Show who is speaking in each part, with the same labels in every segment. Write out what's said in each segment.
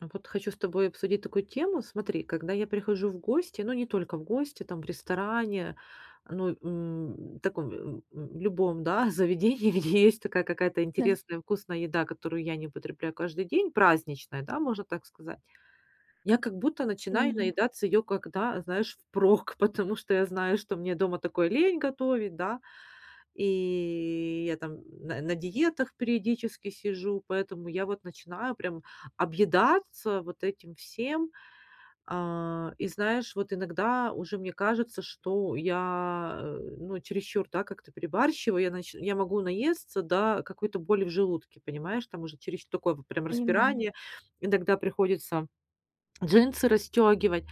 Speaker 1: А вот хочу с тобой обсудить такую тему. Смотри, когда я прихожу в гости, ну не только в гости, там в ресторане, ну таком любом, да, заведении, где есть такая какая-то
Speaker 2: Да,
Speaker 1: интересная вкусная еда, которую я не употребляю каждый день, праздничная, да, можно так сказать. Я как будто начинаю
Speaker 2: понимаю,
Speaker 1: наедаться ее, когда, знаешь, впрок, потому что я знаю, что мне дома такой лень готовить, да. И я там на диетах периодически сижу, поэтому я вот начинаю прям объедаться вот этим всем. А, и знаешь, вот иногда уже мне кажется, что я, ну, чересчур, да, как-то перебарщиваю. Я могу наесться до какой-то боли в желудке, понимаешь? Там уже чересчур такое вот прям Мгм.
Speaker 2: понимаю.
Speaker 1: Распирание. Иногда приходится джинсы расстегивать.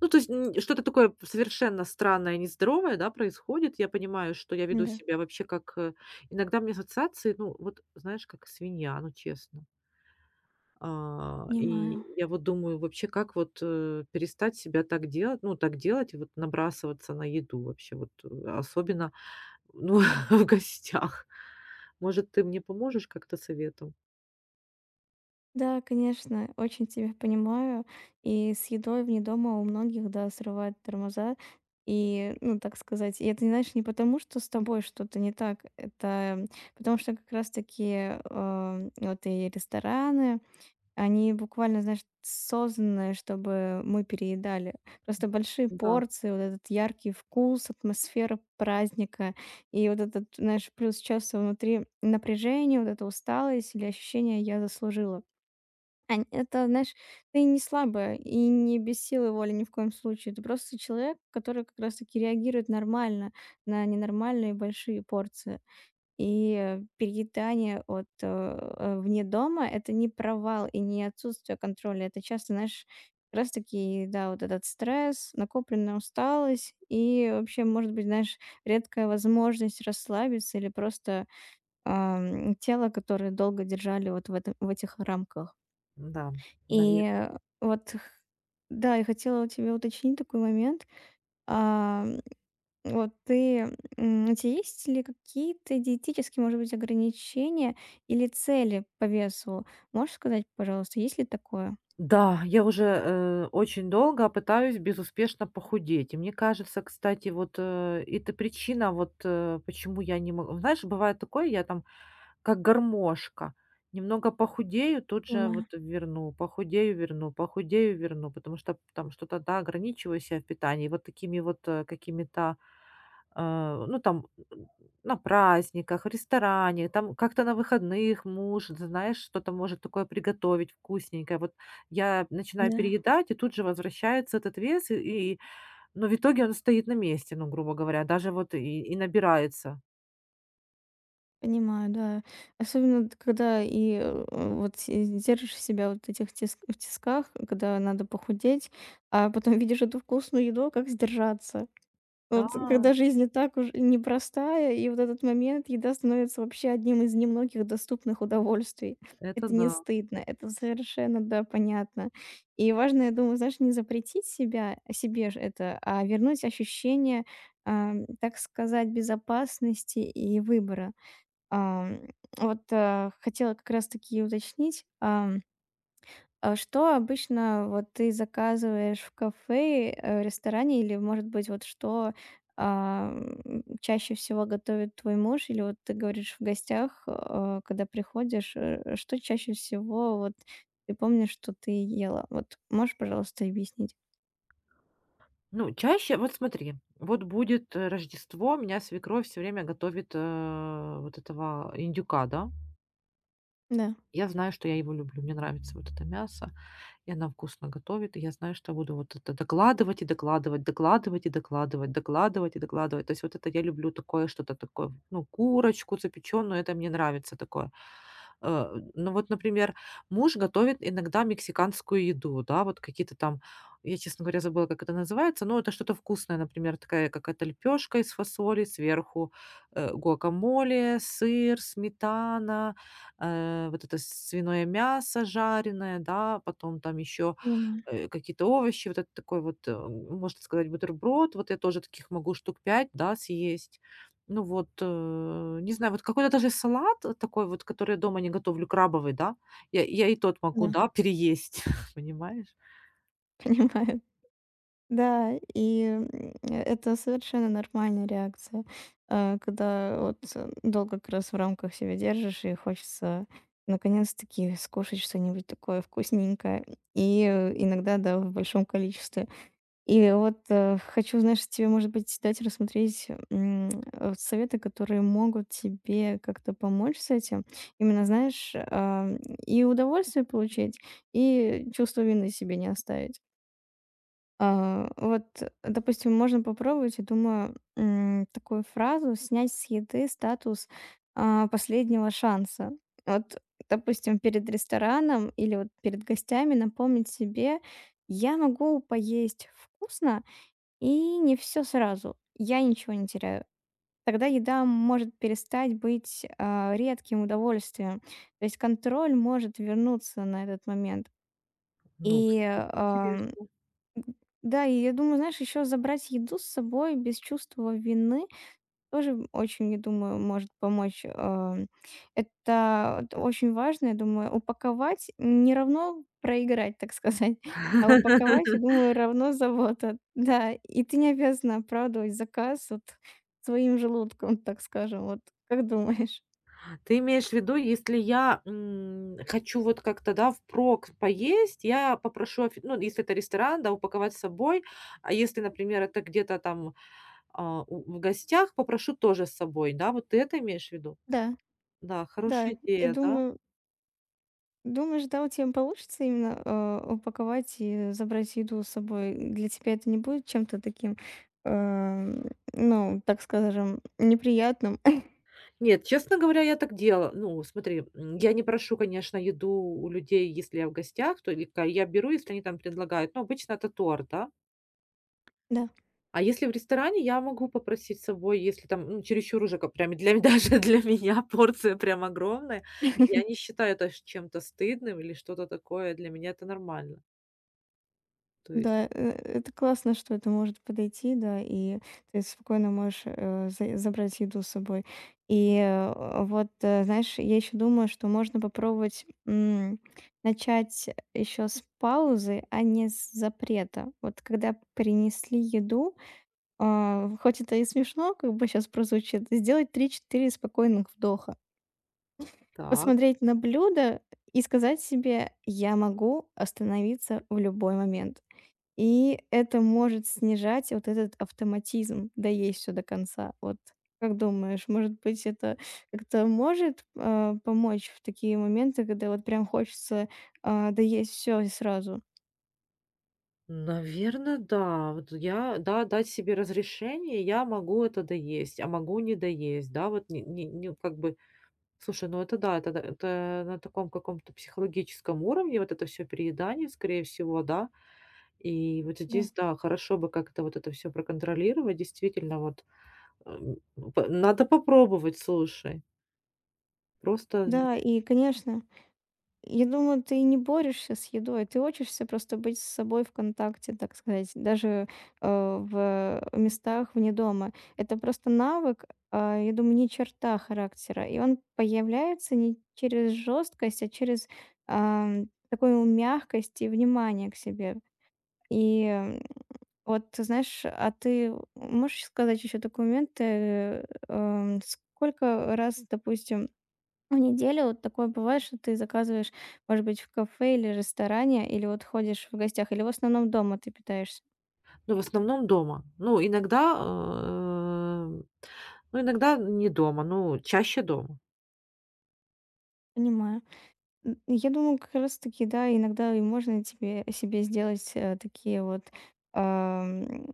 Speaker 1: Ну, то есть, что-то такое совершенно странное, нездоровое, да, происходит. Я понимаю, что я веду
Speaker 2: Да,
Speaker 1: себя вообще как, иногда у меня ассоциации, ну, вот, знаешь, как свинья, ну, честно. А, и
Speaker 2: понимаю.
Speaker 1: я вот думаю, вообще, как вот, перестать себя так делать, ну, так делать и вот набрасываться на еду вообще, вот, особенно, ну, в гостях. Может, ты мне поможешь как-то советом?
Speaker 2: Да, конечно, очень тебя понимаю. И с едой вне дома у многих, да, срывают тормоза. И, ну, так сказать, и это, знаешь, не потому, что с тобой что-то не так, это потому что как раз-таки вот и рестораны. Они буквально, знаешь, созданы, чтобы мы переедали. Просто большие
Speaker 1: Да,
Speaker 2: порции, вот этот яркий вкус, атмосфера праздника и вот этот, знаешь, плюс часто внутри напряжение, вот эта усталость или ощущение «я заслужила». Это, знаешь, ты не слабая и не без силы воли ни в коем случае. Ты просто человек, который как раз-таки реагирует нормально на ненормальные большие порции. И переедание вне дома — это не провал и не отсутствие контроля. Это часто, знаешь, как раз таки, да, вот этот стресс, накопленная усталость и вообще, может быть, знаешь, редкая возможность расслабиться или просто, тело, которое долго держали вот в этом в этих рамках.
Speaker 1: да, наверное.
Speaker 2: И вот х да, я хотела у тебя уточнить такой момент. А вот ты, у тебя есть ли какие-то диетические, может быть, ограничения или цели по весу? Можешь сказать, пожалуйста, есть ли такое?
Speaker 1: Да, я уже, очень долго пытаюсь безуспешно похудеть. И мне кажется, кстати, вот, это причина, вот, почему я не могу. Знаешь, бывает такое, я там как гармошка. Немного похудею, тут же
Speaker 2: Понимаю,
Speaker 1: вот верну, похудею, верну, похудею, верну, потому что там что-то, да, ограничиваю себя в питании. Вот такими вот, какими-то а, ну, там, на праздниках, в ресторане, там как-то на выходных муж, знаешь, что-то может такое приготовить вкусненькое. Вот я начинаю
Speaker 2: да.
Speaker 1: переедать, и тут же возвращается этот вес, и но в итоге он стоит на месте, ну, грубо говоря, даже вот и набирается.
Speaker 2: Понимаю, да. Особенно т когда вот си держишь себя вот этих тис в тисках, когда надо похудеть, а потом видишь эту вкусную еду, а как сдержаться?
Speaker 1: Да,
Speaker 2: Вот когда жизнь и так уж непростая, и вот этот момент, еда становится вообще одним из немногих доступных удовольствий.
Speaker 1: это
Speaker 2: Это не
Speaker 1: да.
Speaker 2: стыдно, это совершенно, да, понятно. И важно, я думаю, знаешь, не запретить себя, а, себе же это, а вернуть ощущение, так сказать, безопасности и выбора. Ам, хотела как раз таки уточнить, а что обычно вот ты заказываешь в кафе, ресторане или, может быть, вот что, чаще всего готовит твой муж? Или вот ты говоришь в гостях, когда приходишь, что чаще всего вот ты помнишь, что ты ела? Вот можешь, пожалуйста, объяснить?
Speaker 1: Ну, чаще, вот смотри, вот будет Рождество, меня свекровь все время готовит вот этого индюка, да.
Speaker 2: Да,
Speaker 1: Я знаю, что я его люблю, мне нравится вот это мясо. И она вкусно готовит. И я знаю, что буду вот это докладывать и докладывать, докладывать и докладывать, докладывать и докладывать. То есть вот это я люблю такое что-то такое, ну, курочку запеченную, это мне нравится такое. Ну вот, например, муж готовит иногда мексиканскую еду, да, вот какие-то там, я, честно говоря, забыла, как это называется, но это что-то вкусное, например, такая какая-то лепешка из фасоли, сверху гуакамоле, сыр, сметана, вот это свиное мясо жареное, да, потом там еще,
Speaker 2: понимаю,
Speaker 1: какие-то овощи, вот это такой вот, можно сказать, бутерброд. Вот я тоже таких могу штук 5, да, съесть. Ну вот, не знаю, вот какой-то даже салат, такой вот, который я дома не готовлю, крабовый, да, я и тот могу,
Speaker 2: да.
Speaker 1: да, переесть, понимаешь?
Speaker 2: Понимаю. Да, и, это совершенно нормальная реакция, когда вот, долго как раз в рамках себя держишь и хочется наконец-таки скушать что-нибудь такое вкусненькое. И, иногда, да, в большом количестве. И вот, хочу, знаешь, тебе, может быть, дать рассмотреть, советы, которые могут тебе как-то помочь с этим. Именно, знаешь, и удовольствие получить, и чувство вины себе не оставить. А, вот, допустим, можно попробовать, я думаю, такую фразу снять с еды статус последнего шанса. Вот, допустим, перед рестораном или вот перед гостями напомнить себе, я могу поесть вкусно и не все сразу, я ничего не теряю. Тогда еда может перестать быть редким удовольствием. То есть контроль может вернуться на этот момент.
Speaker 1: Ну,
Speaker 2: И
Speaker 1: кстати,
Speaker 2: а, М,
Speaker 1: интересно.
Speaker 2: да, и я думаю, знаешь, еще забрать еду с собой без чувства вины тоже очень, я думаю, может помочь. Это вот очень важно, я думаю, упаковать не равно проиграть, так сказать, а упаковать, я думаю, равно забота. Да, и ты не обязана оправдывать заказ вот своим желудком, так скажем. Вот как думаешь?
Speaker 1: Ты имеешь в виду, если я, хочу вот как-то, да, впрок поесть, я попрошу офи ну, если это ресторан, да, упаковать с собой. А если, например, это где-то там, а, у в гостях, попрошу тоже с собой, да? Вот ты это имеешь в виду?
Speaker 2: Да,
Speaker 1: Да,
Speaker 2: да,
Speaker 1: хорошая
Speaker 2: я
Speaker 1: идея, да?
Speaker 2: думаю, думаешь, да, у тебя получится именно, упаковать и забрать еду с собой? Для тебя это не будет чем-то таким, ну, так скажем, неприятным?
Speaker 1: Нет, честно говоря, я так делала. Ну, смотри, я не прошу, конечно, еду у людей, если я в гостях, то или ка я беру, если они там предлагают. Ну, обычно это торт, да.
Speaker 2: Да.
Speaker 1: А если в ресторане, я могу попросить с собой, если там, ну, чересчур уже как прям для даже для меня порция прям огромная. Я не считаю это ш чем-то стыдным или что-то такое. Для меня это нормально. То есть
Speaker 2: Да, это классно, что это может подойти, да, и ты спокойно можешь, э, за забрать еду с собой. И, вот, знаешь, я еще думаю, что можно попробовать, начать еще с паузы, а не с запрета. Вот когда принесли еду, хоть это и смешно, как бы сейчас прозвучит, сделать три-четыре спокойных вдоха.
Speaker 1: так,
Speaker 2: Посмотреть на блюдо и сказать себе: «Я могу остановиться в любой момент». И это может снижать вот этот автоматизм доесть все до конца. Вот как думаешь, может быть, это как-то может, помочь в такие моменты, когда вот прям хочется, доесть все и сразу?
Speaker 1: наверное, да. Вот я, да, дать себе разрешение, я могу это доесть, а могу не доесть. Да, вот не как бы слушай, ну это да, это да, это на таком каком-то психологическом уровне, вот это все переедание, скорее всего, да. И вот
Speaker 2: Да.
Speaker 1: здесь, да, хорошо бы как-то вот это все проконтролировать. Действительно, вот, эм, п надо попробовать, слушай. Просто,
Speaker 2: Да, и, конечно, я думаю, ты не борешься с едой, ты учишься просто быть с собой в контакте, так сказать, даже, в местах вне дома. Это просто навык, я думаю, не черта характера. И он появляется не через жесткость, а через, такую мягкость и внимание к себе. И, вот ты знаешь, а ты можешь сказать еще такой момент, сколько раз, допустим, в неделю вот такое бывает, что ты заказываешь, может быть, в кафе или ресторане, или вот ходишь в гостях, или в основном дома ты питаешься.
Speaker 1: ну, в основном дома. Ну, иногда, э, ну, иногда не дома, ну, чаще дома.
Speaker 2: Понимаю. Я думаю, как раз таки, да, иногда и можно тебе себе сделать, такие вот, ам,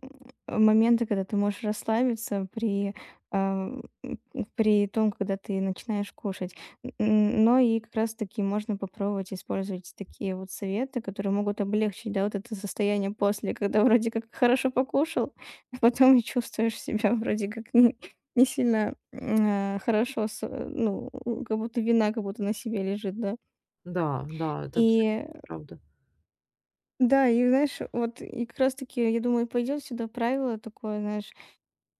Speaker 2: моменты, когда ты можешь расслабиться ам, м, при том, когда ты начинаешь кушать. Н н но и как раз таки можно попробовать использовать такие вот советы, которые могут облегчить, да, вот это состояние после, когда вроде как хорошо покушал, а потом и чувствуешь себя вроде как не сильно, хорошо ну, как будто вина как будто на себе лежит, да.
Speaker 1: Да, да, это
Speaker 2: И
Speaker 1: абсолютно правда.
Speaker 2: да, и знаешь, вот и как раз-таки, я думаю, пойдет сюда правило такое, знаешь,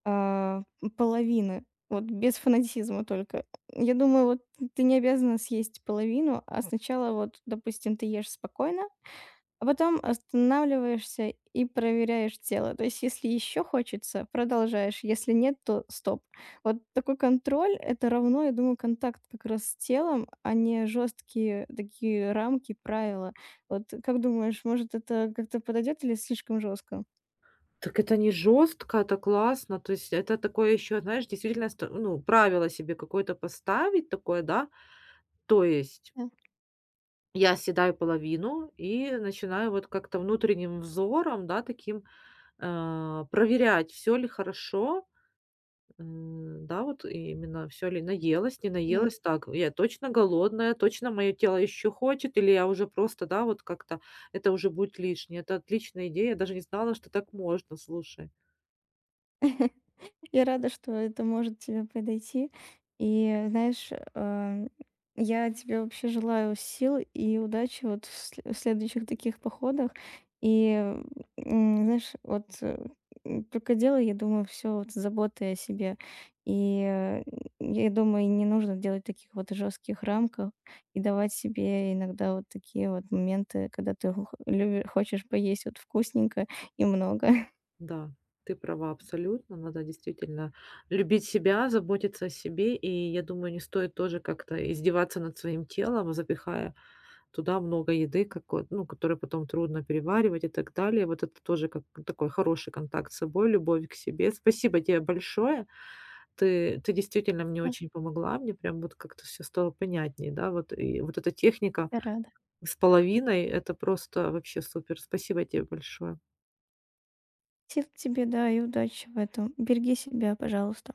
Speaker 2: а, половины. Вот без фанатизма только. Я думаю, вот ты не обязана съесть половину, а сначала вот, допустим, ты ешь спокойно, а потом останавливаешься и проверяешь тело. То есть, если еще хочется, продолжаешь. Если нет, то стоп. Вот такой контроль это равно, я думаю, контакт как раз с телом, а не жесткие такие рамки, правила. Вот как думаешь, может, это как-то подойдет или слишком жестко?
Speaker 1: Так это не жестко, это классно. То есть это такое еще знаешь, действительно, ст ну, правило себе какое-то поставить такое, да. То есть
Speaker 2: Да,
Speaker 1: я съедаю половину и начинаю вот как-то внутренним взором, да, таким а, проверять, все ли хорошо, да, вот именно все ли наелась, не
Speaker 2: да.
Speaker 1: наелась, так, я точно голодная, точно мое тело еще хочет, или я уже просто, да, вот как-то это уже будет лишнее. Это отличная идея, я даже не знала, что так можно, слушай.
Speaker 2: Я рада, что это может тебе подойти. И знаешь, э, я тебе вообще желаю сил и удачи вот в следующих таких походах. И знаешь, вот только дело, я думаю, все вот с заботой о себе. И я думаю, и не нужно делать таких вот жестких рамках и давать себе иногда вот такие вот моменты, когда ты хочешь поесть вот вкусненько и много.
Speaker 1: Да, ты права абсолютно, надо действительно любить себя, заботиться о себе, и я думаю, не стоит тоже как-то издеваться над своим телом, запихая туда много еды, какой ну, которую потом трудно переваривать и так далее. Вот это тоже как такой хороший контакт с собой, любовь к себе. Спасибо тебе большое. Ты действительно мне очень помогла. Мне прям вот как-то все стало понятнее, да. Вот и вот эта техника
Speaker 2: Я рада.
Speaker 1: с половиной- это просто вообще супер. Спасибо тебе большое.
Speaker 2: Сил тебе, да, и удачи в этом. Береги себя, пожалуйста.